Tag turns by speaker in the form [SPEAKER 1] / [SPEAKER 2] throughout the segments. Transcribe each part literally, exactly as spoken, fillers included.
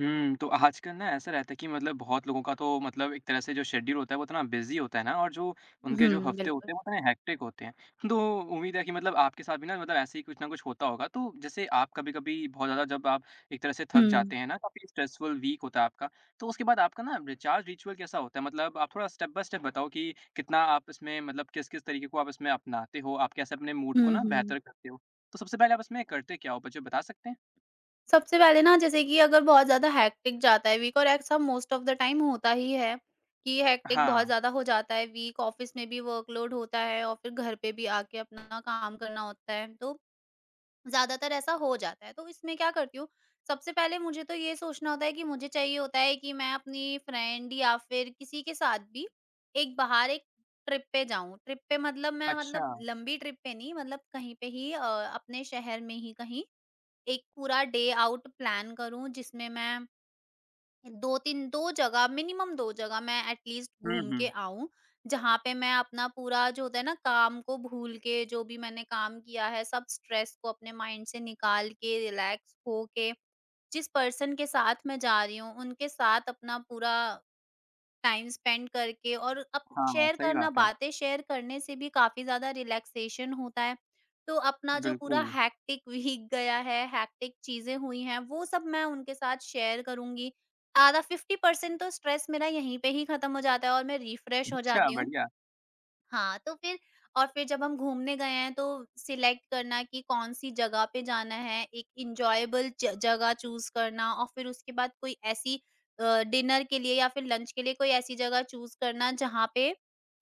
[SPEAKER 1] हुँ, तो आजकल ना ऐसा रहता है कि मतलब बहुत लोगों का तो मतलब एक तरह से जो शेड्यूल होता है वो इतना बिज़ी होता है ना और जो उनके जो
[SPEAKER 2] हुँ,
[SPEAKER 1] हफ़्ते
[SPEAKER 2] बिल्कुल।
[SPEAKER 1] होते हैं वो इतने हेक्टिक होते हैं। तो उम्मीद है कि मतलब आपके साथ भी ना मतलब ऐसे ही कुछ ना कुछ होता होगा। तो जैसे आप कभी-कभी बहुत ज़्यादा जब आप एक तरह से
[SPEAKER 2] हुँ।
[SPEAKER 1] थक जाते हैं ना, काफ़ी स्ट्रेसफुल वीक होता है आपका, तो उसके बाद आपका ना रिचार्ज रिचुअल कैसा होता है? मतलब आप थोड़ा स्टेप बाय स्टेप बताओ कि कितना आप इसमें मतलब किस-किस तरीके को आप इसमें अपनाते हो? आप कैसे अपने मूड को
[SPEAKER 2] हुँ,
[SPEAKER 1] ना
[SPEAKER 2] हुँ।
[SPEAKER 1] बेहतर करते हो? तो सबसे पहले आप इसमें करते क्या हो? मुझे बता सकते हैं?
[SPEAKER 2] सबसे पहले ना जैसे कि अगर बहुत ज़्यादा हेक्टिक जाता है वीक, और ऐसा मोस्ट ऑफ़ द टाइम होता ही है, कि हेक्टिक
[SPEAKER 1] हाँ,
[SPEAKER 2] बहुत ज़्यादा हो जाता है वीक, ऑफ़िस में भी वर्कलोड होता है और फिर घर पे भी आके अपना काम करना होता है, तो ज़्यादातर ऐसा हो जाता है। तो इसमें क्या करती हूँ, सबसे पहले मुझे तो ये सोचना होता है कि मुझे चाहिए होता है कि मैं अपनी फ्रेंड या फिर किसी के साथ भी एक बाहर एक ट्रिप पे जाऊँ। ट्रिप पे मतलब मैं
[SPEAKER 1] अच्छा।
[SPEAKER 2] मतलब लंबी ट्रिप पे नहीं, मतलब कहीं पे ही अ, अपने शहर में ही कहीं एक पूरा डे आउट प्लान करूँ, जिसमें मैं 2-3 दो जगह मिनिमम, दो जगह मैं एटलीस्ट
[SPEAKER 1] हुँ,
[SPEAKER 2] घूम
[SPEAKER 1] हुँ।
[SPEAKER 2] के आऊँ, जहाँ पे मैं अपना पूरा जो होता है ना काम को भूल के, जो भी मैंने काम किया है, सब स्ट्रेस को अपने माइंड से निकाल के रिलैक्स हो के, जिस पर्सन के साथ मैं जा रही हूँ, उनके साथ अपना पूरा टाइम स्पेंड करके, और अप
[SPEAKER 1] हाँ,
[SPEAKER 2] शेयर
[SPEAKER 1] सही
[SPEAKER 2] करना,
[SPEAKER 1] बात है।
[SPEAKER 2] बातें शेयर करने से भी काफ़ी ज़्यादा रिलैक्सेशन होता है। तो अपना जो पूरा
[SPEAKER 1] बिल्कुल।
[SPEAKER 2] हेक्टिक वीक गया है, हेक्टिक चीज़ें हुई हैं, वो सब मैं उनके साथ शेयर करूँगी। आधा पचास परसेंट तो स्ट्रेस मेरा यहीं पे ही खत्म हो जाता है और मैं रिफ्रेश हो
[SPEAKER 1] अच्छा,
[SPEAKER 2] जाती हूँ।
[SPEAKER 1] बढ़िया।
[SPEAKER 2] हाँ, तो फिर और फिर जब हम घूमने गए हैं, तो सिलेक्ट करना कि कौन-सी जगह पे जाना है, एक एन्जॉयबल ज जगह चूज़ करना, और फिर उसके बाद कोई ऐसी अ, डिनर के लिए या फिर लंच के लिए कोई ऐसी जगह चूज़ करना, जहाँ पे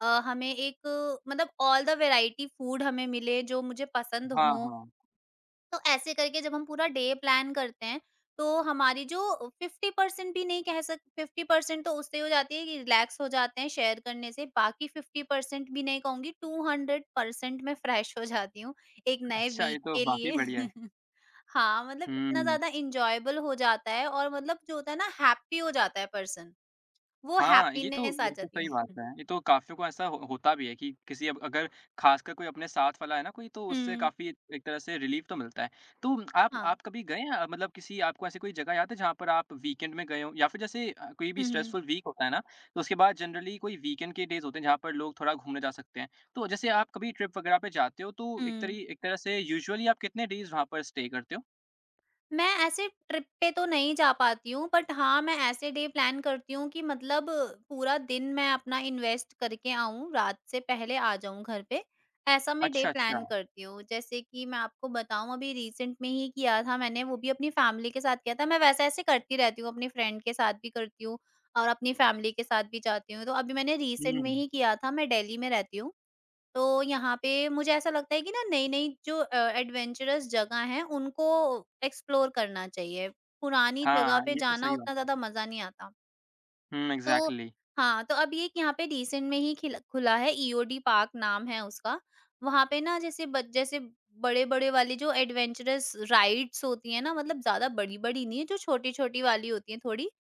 [SPEAKER 2] अ, हमें एक अ, मतलब ऑल द वैरायटी फूड हमें मिले, जो मुझे पसंद
[SPEAKER 1] हाँ,
[SPEAKER 2] हो।
[SPEAKER 1] हाँ।
[SPEAKER 2] तो ऐसे करके जब हम पूरा डे प्लान करते हैं, तो हमारी जो 50% भी नहीं कह सक पचास परसेंट तो उससे हो जाती है कि रिलैक्स हो जाते हैं शेयर करने से, बाकी पचास परसेंट भी नहीं कहूंगी, दो सौ परसेंट मैं फ्रेश हो जाती हूँ एक नए
[SPEAKER 1] अच्छा, ये
[SPEAKER 2] वीक
[SPEAKER 1] तो
[SPEAKER 2] के
[SPEAKER 1] वाक़ई
[SPEAKER 2] लिए।
[SPEAKER 1] बढ़िया है।
[SPEAKER 2] हाँ, मतलब इतना
[SPEAKER 1] हुँ।
[SPEAKER 2] ज्यादा इंजॉयबल हो जाता है, और मतलब जो होता है ना, हैप्पी हो जाता है पर्सन, वो
[SPEAKER 1] हाँ, ये तो
[SPEAKER 2] हैप्पीनेस आ
[SPEAKER 1] बिल्कुल
[SPEAKER 2] जाती
[SPEAKER 1] सही बात
[SPEAKER 2] है।
[SPEAKER 1] है। ये तो काफ़ियों को ऐसा हो होता भी है कि किसी अब अगर ख़ासकर कोई अपने साथ वाला है ना कोई तो उससे
[SPEAKER 2] हम्म।
[SPEAKER 1] काफ़ी एक तरह से रिलीफ़ तो मिलता है। तो आप
[SPEAKER 2] हाँ।
[SPEAKER 1] आप कभी गए हैं मतलब किसी आपको ऐसी कोई जगह याद है जहाँ पर आप वीकेंड में गए हों? या फिर जैसे अ, कोई भी
[SPEAKER 2] हम्म।
[SPEAKER 1] स्ट्रेसफुल वीक होता है ना, तो उसके बाद जनरली कोई वीकेंड के डेज़ होते हैं जहाँ पर लोग थोड़ा घूमने जा सकते हैं। तो जैसे आप कभी ट्रिप वग़ैरह पे जाते हो तो एक
[SPEAKER 2] हम्म।
[SPEAKER 1] तरी एक तरह से यूजुअली आप कितने डेज़ वहाँ पर स्टे करते हो?
[SPEAKER 2] मैं ऐसे ट्रिप पे तो नहीं जा पाती हूँ, बट हाँ, मैं ऐसे डे प्लान करती हूँ कि मतलब पूरा दिन मैं अपना इन्वेस्ट करके आऊँ, रात से पहले आ जाऊँ घर पे। ऐसा मैं डे
[SPEAKER 1] अच्छा, अच्छा।
[SPEAKER 2] प्लान करती हूँ। जैसे कि मैं आपको बताऊँ, अभी रिसेंट में ही किया था मैंने, वो भी अपनी फैमिली के साथ किया था। मैं वैसे ऐसे करती रहती हूँ, अपने फ्रेंड के साथ भी करती हूँ और अपनी फैमिली के साथ भी जाती हूँ। तो अभी मैंने रिसेंट
[SPEAKER 1] हुँ।
[SPEAKER 2] में ही किया था, मैं दिल्ली में रहती हूँ। तो यहाँ पे मुझे ऐसा लगता है कि ना, नई-नई जो अ, एडवेंचरस जगह हैं, उनको एक्सप्लोर करना चाहिए। पुरानी जगह
[SPEAKER 1] हाँ,
[SPEAKER 2] पे
[SPEAKER 1] ये तो
[SPEAKER 2] जाना
[SPEAKER 1] सही बात
[SPEAKER 2] उतना
[SPEAKER 1] है।
[SPEAKER 2] ज़्यादा मज़ा नहीं आता।
[SPEAKER 1] हुँ,
[SPEAKER 2] तो
[SPEAKER 1] एग्ज़ैक्टली।
[SPEAKER 2] हाँ, तो अब ये कि यहाँ पे रिसेंट में ही खिल खुला है ईओडी पार्क, नाम है उसका। वहाँ पे ना, जैसे ब जैसे बड़े-बड़े वाली जो एडवेंचरस राइड्स होती हैं ना, मतलब ज़्यादा बड़ी-बड़ी नहीं है, जो छोटी-छोटी वाली होती हैं थोड़ी।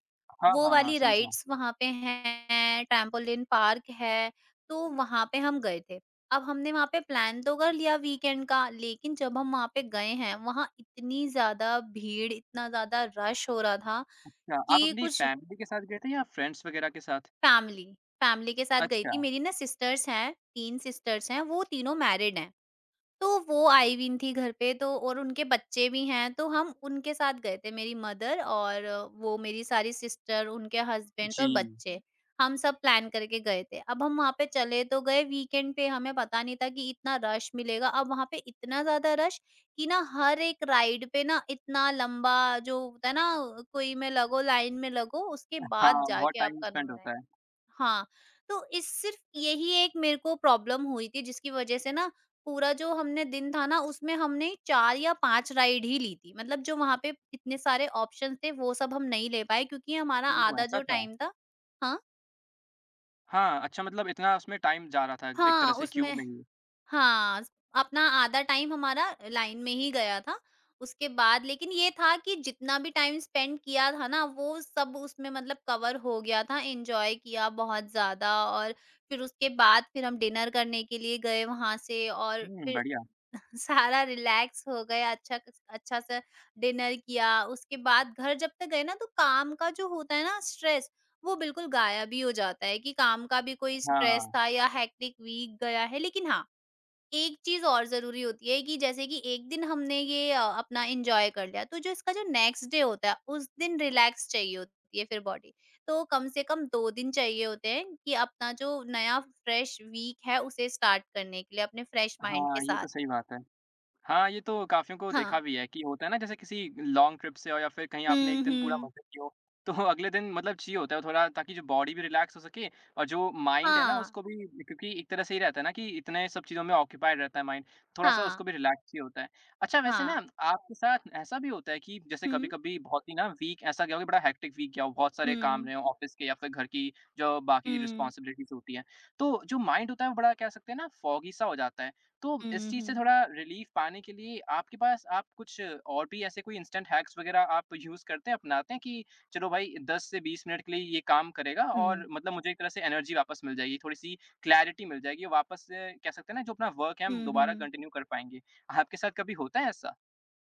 [SPEAKER 1] हाँ,
[SPEAKER 2] वो
[SPEAKER 1] हाँ, हाँ,
[SPEAKER 2] वाली
[SPEAKER 1] समझा।
[SPEAKER 2] राइड्स वहाँ पे हैं, टेम्पोलिन पार्क है, तो वहाँ पे हम गए थे। अब हमने वहाँ पे प्लान तो कर लिया वीकेंड का, लेकिन जब हम वहाँ पे गए हैं, वहाँ इतनी ज़्यादा भीड़, इतना ज़्यादा रश हो रहा था
[SPEAKER 1] अच्छा, आप
[SPEAKER 2] कि
[SPEAKER 1] अपनी
[SPEAKER 2] कुछ।
[SPEAKER 1] फैमिली के साथ गए थे या फ्रेंड्स वगैरह के साथ?
[SPEAKER 2] फैमिली फैमिली के साथ गई
[SPEAKER 1] अच्छा,
[SPEAKER 2] थी। मेरी ना सिस्टर्स हैं, तीन सिस्टर्स हैं, वो तीनों मैरिड हैं। तो वो आई हुई थी घर पे, तो और उनके बच्चे भी हैं, तो हम उनके साथ गए थे, मेरी मदर और वो मेरी सारी सिस्टर, उनके हस्बैंड्स
[SPEAKER 1] जी।
[SPEAKER 2] और बच्चे। हम सब प्लान करके गए थे। अब हम वहाँ पे चले तो गए वीकेंड पे, हमें पता नहीं था कि इतना रश मिलेगा। अब वहाँ पे इतना ज़्यादा रश कि ना, हर एक राइड पे ना इतना लंबा, जो होता है ना, कोई में लगो, लाइन में लगो, उसके बाद
[SPEAKER 1] हाँ, बहुत
[SPEAKER 2] जाके
[SPEAKER 1] टाइम
[SPEAKER 2] आपका
[SPEAKER 1] स्पेंड
[SPEAKER 2] नंबर
[SPEAKER 1] होता
[SPEAKER 2] आएगा।
[SPEAKER 1] है।
[SPEAKER 2] हाँ, तो इस सिर्फ़ यही एक मेरे को प्रॉब्लम हुई थी, जिसकी वज़ह से ना पूरा जो हमने दिन था ना, उसमें हमने चार या पाँच राइड ही ली थी। मतलब जो वहाँ पे इतने सारे ऑप्शंस थे, वो सब हम नहीं ले पाए क्योंकि हमारा
[SPEAKER 1] ओह!
[SPEAKER 2] आधा
[SPEAKER 1] ऐसा
[SPEAKER 2] जो
[SPEAKER 1] था।
[SPEAKER 2] टाइम था। हाँ?
[SPEAKER 1] हाँ, अच्छा मतलब इतना उसमें टाइम जा रहा था एक तरह
[SPEAKER 2] हाँ,
[SPEAKER 1] से क्यू
[SPEAKER 2] उसमें।
[SPEAKER 1] में ही।
[SPEAKER 2] हाँ, अपना आधा टाइम हमारा लाइन में ही गया था। उसके बाद लेकिन ये था कि जितना भी टाइम स्पेंड किया था ना, वो सब उसमें मतलब कवर हो गया था। एन्जॉय किया बहुत ज़्यादा, और फिर उसके बाद फिर हम डिनर करने के लिए गए वहाँ से, और
[SPEAKER 1] हुँ,
[SPEAKER 2] फिर
[SPEAKER 1] बढ़िया।
[SPEAKER 2] सारा रिलैक्स हो गए। अच्छा क अच्छा-सा डिनर किया। उसके बाद घर जब तक गए ना, तो काम का जो होता है ना स्ट्रेस, वो बिल्कुल गायब ही हो जाता है, कि काम का भी कोई स्ट्रेस
[SPEAKER 1] हाँ।
[SPEAKER 2] था या हेक्टिक वीक गया है। लेकिन हाँ, एक चीज़ और ज़रूरी होती है, कि जैसे कि एक दिन हमने ये अ, अपना एन्जॉय कर लिया, तो जो इसका जो नेक्स्ट डे होता है, उस दिन रिलैक्स चाहिए होती है फिर बॉडी। तो कम से कम दो दिन चाहिए होते हैं कि अपना जो नया फ्रेश वीक है, उसे स्टार्ट करने के लिए अपने फ्रेश माइंड के
[SPEAKER 1] हाँ, ये तो
[SPEAKER 2] साथ।
[SPEAKER 1] सही बात है। हाँ, ये तो काफ़ियों को देखा
[SPEAKER 2] हाँ।
[SPEAKER 1] भी है कि होता है ना जैसे किसी लॉन्ग ट्रिप से हो या फिर कहीं आपने एक
[SPEAKER 2] हुँ,
[SPEAKER 1] दिन पूरा
[SPEAKER 2] हुँ।
[SPEAKER 1] मज़े किया हो, तो अगले दिन मतलब चाहिए होता है थोड़ा ताकि जो बॉडी भी रिलैक्स हो सके और जो माइंड है ना
[SPEAKER 2] हाँ,
[SPEAKER 1] उसको भी क्योंकि एक तरह से ही रहता है ना कि इतने सब चीज़ों में ऑक्यूपाइड रहता है माइंड, थोड़ा-सा
[SPEAKER 2] हाँ,
[SPEAKER 1] उसको भी रिलैक्स चाहिए होता है। अच्छा वैसे ना
[SPEAKER 2] हाँ।
[SPEAKER 1] आपके साथ ऐसा भी होता है कि जैसे
[SPEAKER 2] हुँ।
[SPEAKER 1] कभी-कभी बहुत ही ना वीक ऐसा गया हो कि बड़ा हेक्टिक वीक गया हो, बहुत सारे काम
[SPEAKER 2] हुँ,
[SPEAKER 1] रहे हो ऑफ़िस के या फिर घर की जो बाकी
[SPEAKER 2] हुँ,
[SPEAKER 1] रिस्पॉन्सिबिलिटीज़ होती हैं, तो जो माइंड होता है वो बड़ा कह सकते हैं ना फॉगी सा हो जाता है। तो इस चीज़ से
[SPEAKER 2] हुँ,
[SPEAKER 1] थोड़ा रिलीफ़ पाने के लिए आपके पास आप कुछ और भी ऐसे कोई इंस्टेंट हैक्स वग़ैरह आप यूज़ करते हैं, अपनाते हैं कि चलो भाई दस से बीस मिनट के लिए ये काम करेगा और
[SPEAKER 2] हुँ,
[SPEAKER 1] मतलब मुझे एक तरह से एनर्जी वापस मिल जाएगी, थोड़ी-सी क्लैरिटी मिल जाएगी वापस से कह सकते हैं ना जो अपना वर्क है हम
[SPEAKER 2] हुँ,
[SPEAKER 1] दोबारा
[SPEAKER 2] हुँ।
[SPEAKER 1] कंटिन्यू कर पाएँगे। आपके साथ कभी होता है ऐसा?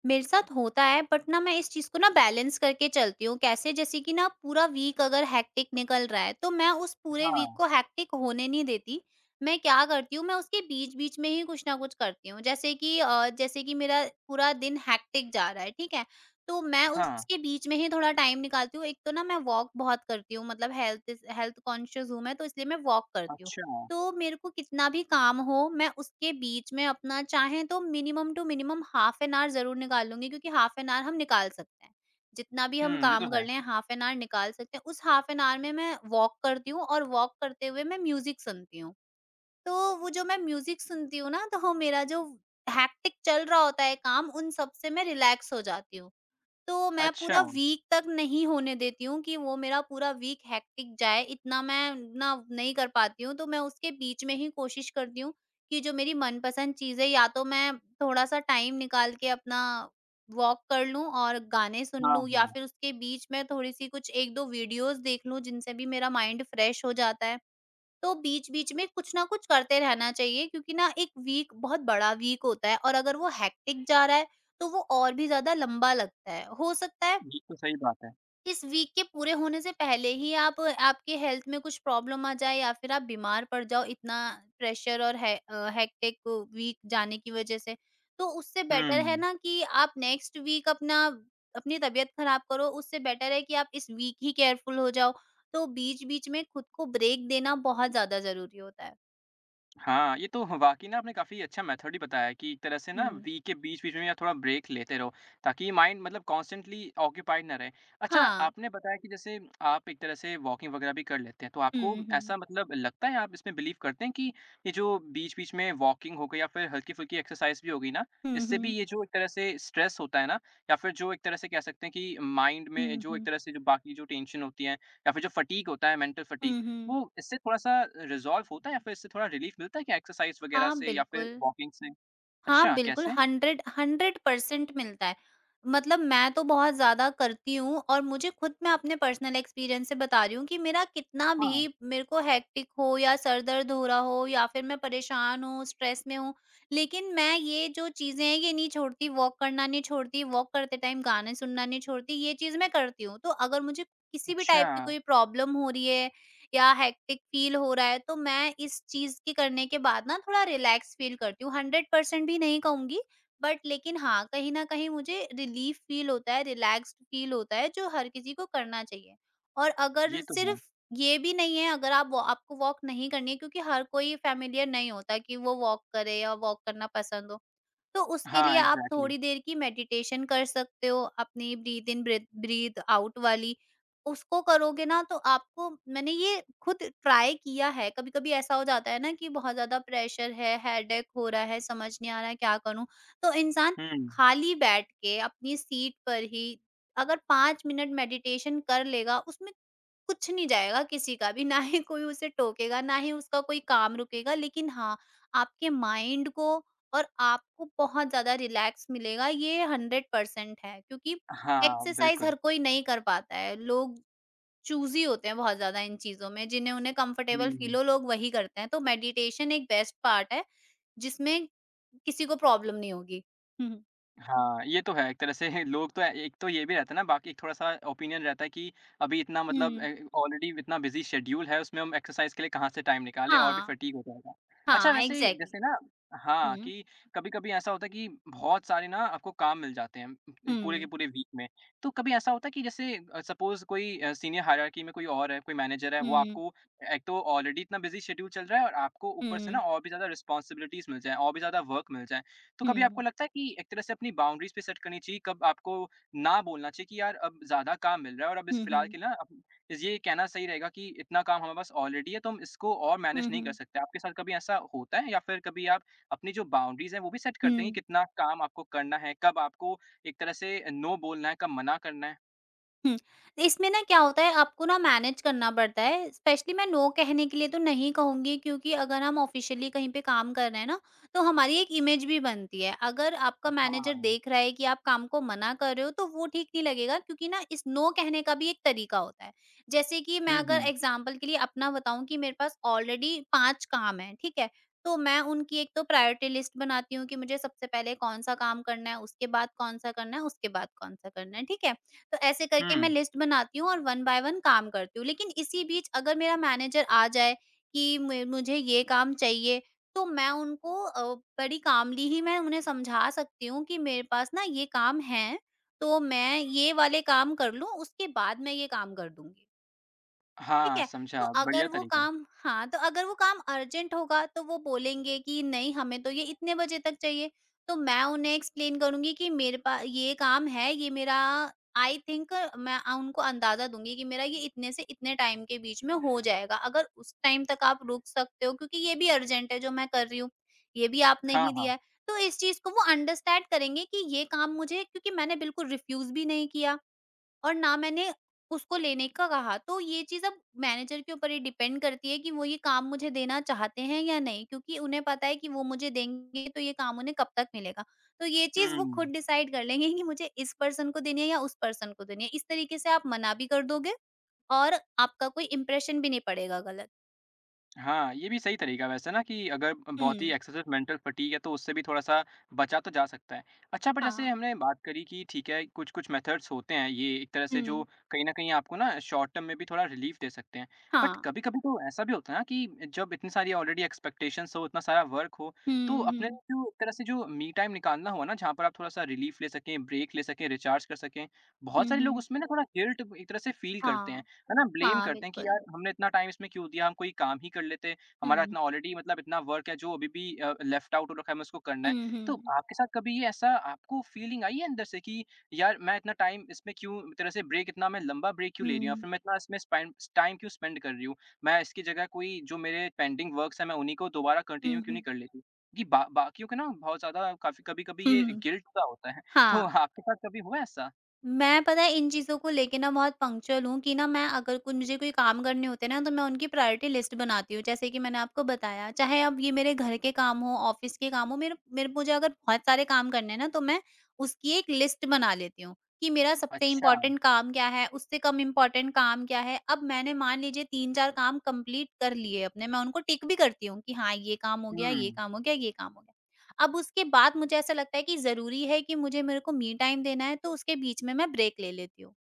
[SPEAKER 2] मेरे साथ होता है, बट ना मैं इस चीज़ को ना बैलेंस करके चलती हूँ। कैसे? जैसे कि ना, पूरा वीक अगर हेक्टिक निकल रहा है, तो मैं उस पूरे
[SPEAKER 1] हाँ,
[SPEAKER 2] वीक को हेक्टिक होने नहीं देती। मैं क्या करती हूँ, मैं उसके बीच-बीच में ही कुछ ना कुछ करती हूँ। जैसे कि अ, जैसे कि मेरा पूरा दिन हेक्टिक जा रहा है, ठीक है? तो मैं
[SPEAKER 1] हाँ,
[SPEAKER 2] उसके बीच में ही थोड़ा टाइम निकालती हूँ। एक तो ना, मैं वॉक बहुत करती हूँ, मतलब हेल्थ इस हेल्थ कॉन्शियस हूँ मैं, तो इसलिए मैं वॉक करती हूँ।
[SPEAKER 1] अच्छा।
[SPEAKER 2] तो मेरे को कितना भी काम हो, मैं उसके बीच में अपना चाहे तो minimum two minimum half an hour ज़रूर निकालूँगी, क्योंकि हाफ एन आवर हम निकाल सकते हैं। जितना भी हम
[SPEAKER 1] हुँ, ये तो
[SPEAKER 2] काम कर
[SPEAKER 1] है।
[SPEAKER 2] लें, हाफ एन आवर निकाल सकते हैं। उस हाफ एन आवर में मैं वॉक करती हूँ, और वॉक करते हुए मैं म्यूज़िक सुनती हूँ। तो वो जो मैं म्यूज़िक सुनती हूँ ना, तो वो मेरा जो हेक्टिक चल रहा होता है काम, उन सब से मैं रिलैक्स हो जाती हूँ। तो मैं
[SPEAKER 1] अच्छा,
[SPEAKER 2] पूरा वीक तक नहीं होने देती हूँ कि वो मेरा पूरा वीक हेक्टिक जाए, इतना मैं ना नहीं कर पाती हूँ। तो मैं उसके बीच में ही कोशिश करती हूँ कि जो मेरी मनपसंद चीज़ है, या तो मैं थोड़ा-सा टाइम निकाल के अपना वॉक कर लूँ और गाने सुन
[SPEAKER 1] हाँ,
[SPEAKER 2] लूँ, या
[SPEAKER 1] हाँ।
[SPEAKER 2] फिर उसके बीच में थोड़ी-सी कुछ एक दो वीडियोज़ देख लूँ, जिनसे भी मेरा माइंड फ्रेश हो जाता है। तो बीच-बीच में कुछ ना कुछ करते रहना चाहिए, क्योंकि ना, एक वीक बहुत बड़ा वीक होता है, और अगर वो हेक्टिक जा रहा है, तो वो और भी ज़्यादा लंबा लगता है। हो सकता है
[SPEAKER 1] ये तो सही बात है।
[SPEAKER 2] इस वीक के पूरे होने से पहले ही आप आपके हेल्थ में कुछ प्रॉब्लम आ जाए, या फिर आप बीमार पड़ जाओ, इतना प्रेशर और है, हेक्टिक वीक जाने की वजह से। तो उससे बेटर है
[SPEAKER 1] हुँ।
[SPEAKER 2] ना, कि आप नेक्स्ट वीक अपना अपनी तबीयत खराब करो, उससे बेटर है कि आप इस वीक ही केयरफुल हो जाओ। तो बीच बीच में खुद को ब्रेक देना बहुत ज्यादा जरूरी होता है।
[SPEAKER 1] हाँ, ये तो ह वाक़ई ना आपने काफ़ी अच्छा मेथड ही बताया कि एक तरह से ना
[SPEAKER 2] हम्म।
[SPEAKER 1] वीक के बीच-बीच में या थोड़ा ब्रेक लेते रहो, ताकि माइंड मतलब कॉन्स्टेंटली ऑक्यूपाइड ना रहे। अच्छा,
[SPEAKER 2] हाँ।
[SPEAKER 1] आपने बताया कि जैसे आप एक तरह से वॉकिंग वग़ैरह भी कर लेते हैं, तो आपको
[SPEAKER 2] हम्म। हम्म।
[SPEAKER 1] ऐसा मतलब लगता है, आप इसमें बिलीव करते हैं कि ये जो बीच-बीच में वॉकिंग हो गई या फिर हल्की-फुल्की एक्सरसाइज़ भी हो गई ना,
[SPEAKER 2] हम्म।
[SPEAKER 1] इससे भी
[SPEAKER 2] हम्म।
[SPEAKER 1] ये जो एक तरह से स्ट्रेस होता है ना या फिर जो एक तरह से कह सकते हैं कि माइंड में जो एक
[SPEAKER 2] हम्म।
[SPEAKER 1] तरह से जो बाकी जो टेंशन होती है या फिर जो फटीग होता है, मेंटल फटीग
[SPEAKER 2] हम्म।
[SPEAKER 1] वो
[SPEAKER 2] हम्म,
[SPEAKER 1] इससे थोड़ा-सा रिज़ॉल्व होता है या फिर इससे थोड़ा रिलीफ़ मिलता है क्या एक्सरसाइज़ वग़ैरह
[SPEAKER 2] हाँ,
[SPEAKER 1] से या फिर
[SPEAKER 2] बिल्कुल।
[SPEAKER 1] वॉकिंग से?
[SPEAKER 2] हाँ,
[SPEAKER 1] अच्छा,
[SPEAKER 2] बिल्कुल
[SPEAKER 1] कैसे?
[SPEAKER 2] 100 हंड्रेड परसेंट मिलता है। मतलब मैं तो बहुत ज़्यादा करती हूँ, और मुझे खुद मैं अपने पर्सनल एक्सपीरियंस से बता रही हूँ कि मेरा कितना
[SPEAKER 1] हाँ,
[SPEAKER 2] भी मेरे को हेक्टिक हो, या सर दर्द हो रहा हो, या फिर मैं परेशान हूँ, स्ट्रेस में हूँ, लेकिन मैं ये जो चीज़ें हैं, ये नहीं छोड़ती, वॉक करना नहीं छोड़ती, वॉक करते टाइम गाने सुनना नहीं छोड़ती, ये चीज़ मैं करती हूँ। तो अगर मुझे किसी भी
[SPEAKER 1] अच्छा,
[SPEAKER 2] टाइप की कोई प्रॉब्लम हो रही है, या हेक्टिक फील हो रहा है, तो मैं इस चीज की करने के बाद ना थोड़ा रिलैक्स फील करती हूँ। हंड्रेड परसेंट भी नहीं कहूंगी, बट लेकिन हाँ, कहीं ना कहीं मुझे रिलीफ फील होता है, रिलैक्स्ड फील होता है, जो हर किसी को करना चाहिए। और
[SPEAKER 1] ये
[SPEAKER 2] अगर
[SPEAKER 1] तो है।
[SPEAKER 2] सिर्फ ये भी नहीं है, अगर आप वो- आपको वॉक नहीं करनी है, क्योंकि हर कोई फैमिलियर नहीं होता कि वो वॉक करे, या वॉक करना पसंद हो, तो उसके लिए
[SPEAKER 1] हाँ,
[SPEAKER 2] आप
[SPEAKER 1] एग्ज़ैक्टली।
[SPEAKER 2] थोड़ी देर की मेडिटेशन कर सकते हो, अपनी ब्रीथ इन ब्रीथ आउट वाली। उसको करोगे ना, तो आपको, मैंने ये खुद ट्राई किया है। कभी कभी ऐसा हो जाता है ना कि बहुत ज्यादा प्रेशर है, हेडेक हो रहा है, समझ नहीं आ रहा है क्या करूं, तो इंसान
[SPEAKER 1] हुँ।
[SPEAKER 2] खाली बैठ के अपनी सीट पर ही अगर पाँच मिनट मेडिटेशन कर लेगा, उसमें कुछ नहीं जाएगा किसी का भी, ना ही कोई उसे टोकेगा, ना ही उसका कोई काम रुकेगा। लेकिन हाँ, आपके माइंड को और आपको बहुत ज़्यादा रिलैक्स मिलेगा, ये हंड्रेड परसेंट है। क्योंकि
[SPEAKER 1] हाँ,
[SPEAKER 2] एक्सरसाइज़
[SPEAKER 1] बिल्कुल।
[SPEAKER 2] हर कोई नहीं कर पाता है, लोग चूज़ी होते हैं बहुत ज़्यादा इन चीज़ों में, जिन्हें उन्हें कंफर्टेबल
[SPEAKER 1] हुँ।
[SPEAKER 2] फ़ील हो, लोग वही करते हैं। तो मेडिटेशन एक बेस्ट पार्ट है, जिसमें किसी को प्रॉब्लम नहीं होगी। हुँ,
[SPEAKER 1] हाँ, ये तो है एक तरह से लोग तो एक तो ये भी रहता है ना बाकी एक थोड़ा-सा ओपिनियन रहता है कि अभी इतना मतलब अ,
[SPEAKER 2] हुँ।
[SPEAKER 1] ऑलरेडी इतना बिज़ी शेड्यूल है उसमें हम एक्सरसाइज़ के लिए कहाँ से टाइम निकालें और भी
[SPEAKER 2] हाँ,
[SPEAKER 1] फटीग हो जाएगा। अच्छा
[SPEAKER 2] हाँ,
[SPEAKER 1] वैसे
[SPEAKER 2] एग्ज़ैक्टली।
[SPEAKER 1] जैसे ना हाँ,
[SPEAKER 2] हुँ,
[SPEAKER 1] कि कभी-कभी ऐसा होता है कि बहुत सारे ना आपको काम मिल जाते हैं उम, पूरे के
[SPEAKER 2] हुँ,
[SPEAKER 1] पूरे वीक में। तो कभी ऐसा होता है कि जैसे अ, सपोज़ कोई अ, सीनियर हायरार्की में कोई और है, कोई मैनेजर है
[SPEAKER 2] हुँ,
[SPEAKER 1] वो
[SPEAKER 2] हुँ,
[SPEAKER 1] आपको एक तो ऑलरेडी इतना बिज़ी शेड्यूल चल रहा है और आपको ऊपर से ना
[SPEAKER 2] हुँ,
[SPEAKER 1] और भी ज़्यादा रिस्पॉन्सिबिलिटीज़ मिल जाएँ, और भी ज़्यादा वर्क मिल जाए। तो कभी आपको
[SPEAKER 2] हुँ,
[SPEAKER 1] लगता है कि एक तरह से अपनी बाउंड्रीज़ भी सेट करनी चाहिए, कब आपको ना बोलना चाहिए कि यार अब ज़्यादा काम मिल रहा है और अब इस
[SPEAKER 2] हुँ,
[SPEAKER 1] फिलहाल
[SPEAKER 2] हुँ।
[SPEAKER 1] के लिए ना अब इस- ये कहना सही रहेगा कि इतना काम हमारे पास ऑलरेडी है तो हम इसको और मैनेज
[SPEAKER 2] हुँ,
[SPEAKER 1] नहीं कर
[SPEAKER 2] हुँ।
[SPEAKER 1] सकते। आपके साथ कभी ऐसा होता है या फिर कभी आप अपनी जो बाउंड्रीज़ हैं वो भी सेट करते हैं
[SPEAKER 2] हुँ,
[SPEAKER 1] कि कितना काम आपको करना है, कब आपको एक तरह से नो बोलना है, कब मना करना है?
[SPEAKER 2] हुँ। इसमें ना क्या होता है, आपको ना मैनेज करना पड़ता है, स्पेशली मैं नो कहने के लिए तो नहीं कहूँगी, क्योंकि अगर हम ऑफ़िशियली कहीं पे काम कर रहे हैं ना, तो हमारी एक इमेज भी बनती है। अगर आपका मैनेजर
[SPEAKER 1] हाँ।
[SPEAKER 2] देख रहा है कि आप काम को मना कर रहे हो तो वो ठीक नहीं लगेगा, क्योंकि ना इस नो कहने का भी एक तरीका होता है। जैसे कि मैं
[SPEAKER 1] हुँ,
[SPEAKER 2] अगर
[SPEAKER 1] हुँ।
[SPEAKER 2] एग्ज़ाम्पल के लिए अपना बताऊँ, कि मेरे पास ऑलरेडी पाँच काम हैं, ठीक है? तो मैं उनकी एक तो प्रायोरिटी लिस्ट बनाती हूँ कि मुझे सबसे पहले कौन-सा काम करना है, उसके बाद कौन-सा करना है, उसके बाद कौन-सा करना है, ठीक है? तो ऐसे करके मैं
[SPEAKER 1] हुँ।
[SPEAKER 2] लिस्ट बनाती हूँ और वन बाय वन काम करती हूँ। लेकिन इसी बीच अगर मेरा मैनेजर आ जाए कि मे मुझे ये काम चाहिए, तो मैं उनको अ, बड़ी कामली ही मैं उन्हें समझा सकती हूँ कि मेरे पास ना ये काम हैं, तो मैं ये वाले काम कर लूँ, उसके बाद मैं ये काम कर दूँगी। ठीक
[SPEAKER 1] हाँ,
[SPEAKER 2] है। तो
[SPEAKER 1] समझा। बढ़िया
[SPEAKER 2] अगर वो
[SPEAKER 1] तरीका है।
[SPEAKER 2] काम हाँ, तो अगर वो काम अर्जेंट होगा तो वो बोलेंगे कि नहीं, हमें तो ये इतने बजे तक चाहिए। तो मैं उन्हें एक्सप्लेन करूँगी कि मेरे पा ये काम है, ये मेरा आई थिंक मैं अ, उनको अंदाज़ा दूँगी कि मेरा ये इतने से इतने टाइम के बीच में हो जाएगा। अगर उस टाइम तक आप रुक सकते हो, क्योंकि ये भी अर्जेंट है जो मैं कर रही हूँ, ये भी आपने
[SPEAKER 1] हाँ,
[SPEAKER 2] ही
[SPEAKER 1] हाँ।
[SPEAKER 2] दिया है। तो इस चीज़ को वो अंडरस्टैंड करेंगे कि ये काम मुझे, क्योंकि मैंने बिल्कुल रिफ्यूज़ भी नहीं किया। और ना मैंने उसको लेने का कहा। तो ये चीज़ अब मैनेजर के ऊपर ही डिपेंड करती है कि वो ये काम मुझे देना चाहते हैं या नहीं, क्योंकि उन्हें पता है कि वो मुझे देंगे तो ये काम उन्हें कब तक मिलेगा। तो ये चीज़ वो
[SPEAKER 1] हुँ।
[SPEAKER 2] खुद डिसाइड कर लेंगे कि मुझे इस पर्सन को देनी है या उस पर्सन को देनी है। इस तरीके से आप मना भी कर दोगे और आपका कोई इम्प्रेशन भी नहीं पड़ेगा गलत।
[SPEAKER 1] हाँ, ये भी सही तरीका है वैसे ना कि अगर बहुत ही
[SPEAKER 2] हुँ,
[SPEAKER 1] एक्सेसिव मेंटल फटीग है तो उससे भी थोड़ा-सा बचा तो जा सकता है। अच्छा पर जैसे
[SPEAKER 2] हाँ,
[SPEAKER 1] हमने बात करी कि ठीक है, कुछ-कुछ मेथड्स होते हैं ये एक तरह से
[SPEAKER 2] हुँ,
[SPEAKER 1] जो कहीं न कहीं आपको ना शॉर्ट टर्म में भी थोड़ा रिलीफ दे सकते हैं। बट
[SPEAKER 2] हाँ,
[SPEAKER 1] कभी-कभी तो ऐसा भी होता है ना कि जब इतनी सारी ऑलरेडी एक्सपेक्टेशंस हो, इतना सारा वर्क हो, तो
[SPEAKER 2] हुँ,
[SPEAKER 1] अपने
[SPEAKER 2] हुँ,
[SPEAKER 1] लिए जो एक तरह से जो मी टाइम निकालना हुआ ना जहाँ पर आप थोड़ा-सा रिलीफ ले सकें, ब्रेक ले सकें, रिचार्ज कर सकें, बहुत
[SPEAKER 2] हुँ,
[SPEAKER 1] सारे लोग
[SPEAKER 2] हुँ,
[SPEAKER 1] उसमें ना थोड़ा गिल्ट एक तरह से फील करते हैं।
[SPEAKER 2] हाँ,
[SPEAKER 1] है ना? ब्लेम
[SPEAKER 2] हाँ,
[SPEAKER 1] करते हैं कि यार
[SPEAKER 2] बिल्कुल।
[SPEAKER 1] हमने इतना टाइम इसमें क्यों दिया? हम कोई काम ही कर लेते। हमारा
[SPEAKER 2] हुँ,
[SPEAKER 1] इतना ऑलरेडी मतलब इतना वर्क है जो अभी भी अ, लेफ्ट आउट हो रखा है, हमें उसको करना है।
[SPEAKER 2] हुँ,
[SPEAKER 1] तो
[SPEAKER 2] हुँ,
[SPEAKER 1] आपके साथ कभी ये ऐसा आपको फीलिंग आई है अंदर से कि यार मैं इतना टाइम इसमें क्यों एक तरह से ब्रेक इतना मैं लंबा ब्रेक क्यों ले रही हूँ? या
[SPEAKER 2] हुँ,
[SPEAKER 1] फिर मैं इतना इसमें स्पेंड टाइम क्यों स्पेंड कर रही हूँ? मैं इसकी जगह कोई जो मेरे पेंडिंग वर्क्स हैं मैं उन्हीं को दोबारा कंटिन्यू
[SPEAKER 2] हुँ,
[SPEAKER 1] क्यों
[SPEAKER 2] हुँ,
[SPEAKER 1] नहीं कर लेती? कि बा बाकियों के ना बहुत ज़्यादा काफ़ी कभी-कभी
[SPEAKER 2] हुँ,
[SPEAKER 1] ये
[SPEAKER 2] हुँ,
[SPEAKER 1] गिल्ट सा होता है। तो
[SPEAKER 2] हाँ।
[SPEAKER 1] आपके साथ कभी हुआ ऐसा?
[SPEAKER 2] मैं, पता है, इन चीज़ों को लेके ना बहुत पंक्चुअल हूँ कि ना मैं अगर कुछ मुझे कोई काम करने होते हैं ना तो मैं उनकी प्रायोरिटी लिस्ट बनाती हूँ, जैसे कि मैंने आपको बताया। चाहे अब ये मेरे घर के काम हो, ऑफिस के काम हो, मेरे मेरे मुझे अगर बहुत सारे काम करने हैं ना तो मैं उसकी एक लिस्ट बना लेती हूँ कि मेरा सबसे
[SPEAKER 1] अच्छा।
[SPEAKER 2] इम्पोर्टेंट काम क्या है, उससे कम इम्पोर्टेंट काम क्या है। अब मैंने, मान लीजिए, तीन चार काम कंप्लीट कर लिए अपने, मैं उनको टिक भी करती हूँ कि हाँ, ये काम हो गया, ये
[SPEAKER 1] हुँ।
[SPEAKER 2] काम हो गया, ये काम हो गया। अब उसके बाद मुझे ऐसा लगता है कि ज़रूरी है कि मुझे मेरे को मी टाइम देना है, तो उसके बीच में मैं ब्रेक ले लेती हूँ।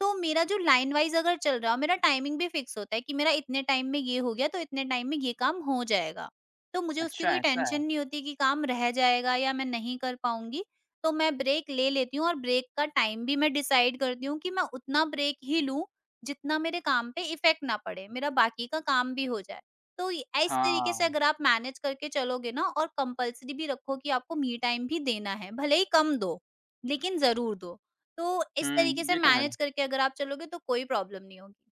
[SPEAKER 2] तो मेरा जो लाइन वाइज़ अगर चल रहा हो, मेरा टाइमिंग भी फिक्स होता है कि मेरा इतने टाइम में ये हो गया, तो इतने टाइम में ये काम हो जाएगा। तो मुझे उसकी
[SPEAKER 1] अच्छा
[SPEAKER 2] कोई
[SPEAKER 1] ऐसा है।
[SPEAKER 2] टेंशन नहीं होती कि काम रह जाएगा या मैं नहीं कर पाऊँगी। तो मैं ब्रेक ले लेती हूँ और ब्रेक का टाइम भी मैं डिसाइड करती हूँ कि मैं उतना ब्रेक ही लूँ, जितना मेरे काम पे इफ़ेक्ट ना पड़े, मेरा बाकी का काम भी हो जाए। तो इ इस तरीके से
[SPEAKER 1] हाँ।
[SPEAKER 2] अगर आप मैनेज करके चलोगे ना, और कंपल्सरी भी रखो कि आपको मी टाइम भी देना है, भले ही कम दो, लेकिन ज़रूर दो। तो इस तरीके
[SPEAKER 1] हुँ,
[SPEAKER 2] से
[SPEAKER 1] ये तो है।
[SPEAKER 2] मैनेज करके अगर आप चलोगे तो कोई प्रॉब्लम नहीं होगी।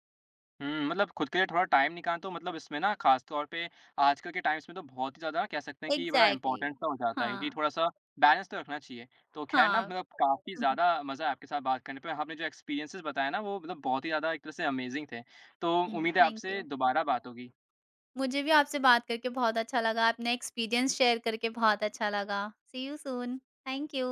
[SPEAKER 1] हुँ, मतलब खुद के लिए थोड़ा टाइम निकालना तो मतलब इसमें ना ख़ास तौर पे आजकल के टाइम्स में तो बहुत ही ज़्यादा कह सकते हैं कि ये बड़ा
[SPEAKER 2] एग्ज़ैक्टली,
[SPEAKER 1] इम्पोर्टेंट सा हो जाता है क्योंकि
[SPEAKER 2] हाँ,
[SPEAKER 1] थोड़ा-सा बैलेंस तो रखना चाहिए। तो ख़ैर ना
[SPEAKER 2] हाँ।
[SPEAKER 1] मतलब काफ़ी
[SPEAKER 2] हुँ,
[SPEAKER 1] ज़्यादा मज़ा आया आपके साथ बात करने पे। आपने जो एक्सपीरियंसेस बताए ना वो मतलब बहुत ही ज़्यादा एक तरह से अमेज़िंग थे। तो
[SPEAKER 2] हुँ,
[SPEAKER 1] उम्मीद है
[SPEAKER 2] थैंक
[SPEAKER 1] आपसे
[SPEAKER 2] यू।
[SPEAKER 1] दोबारा बात होगी।
[SPEAKER 2] मुझे भी आपसे बात करके बहुत अच्छा लगा, अपना एक्सपीरियंस शेयर करके बहुत अच्छा लगा। See you soon. Thank you.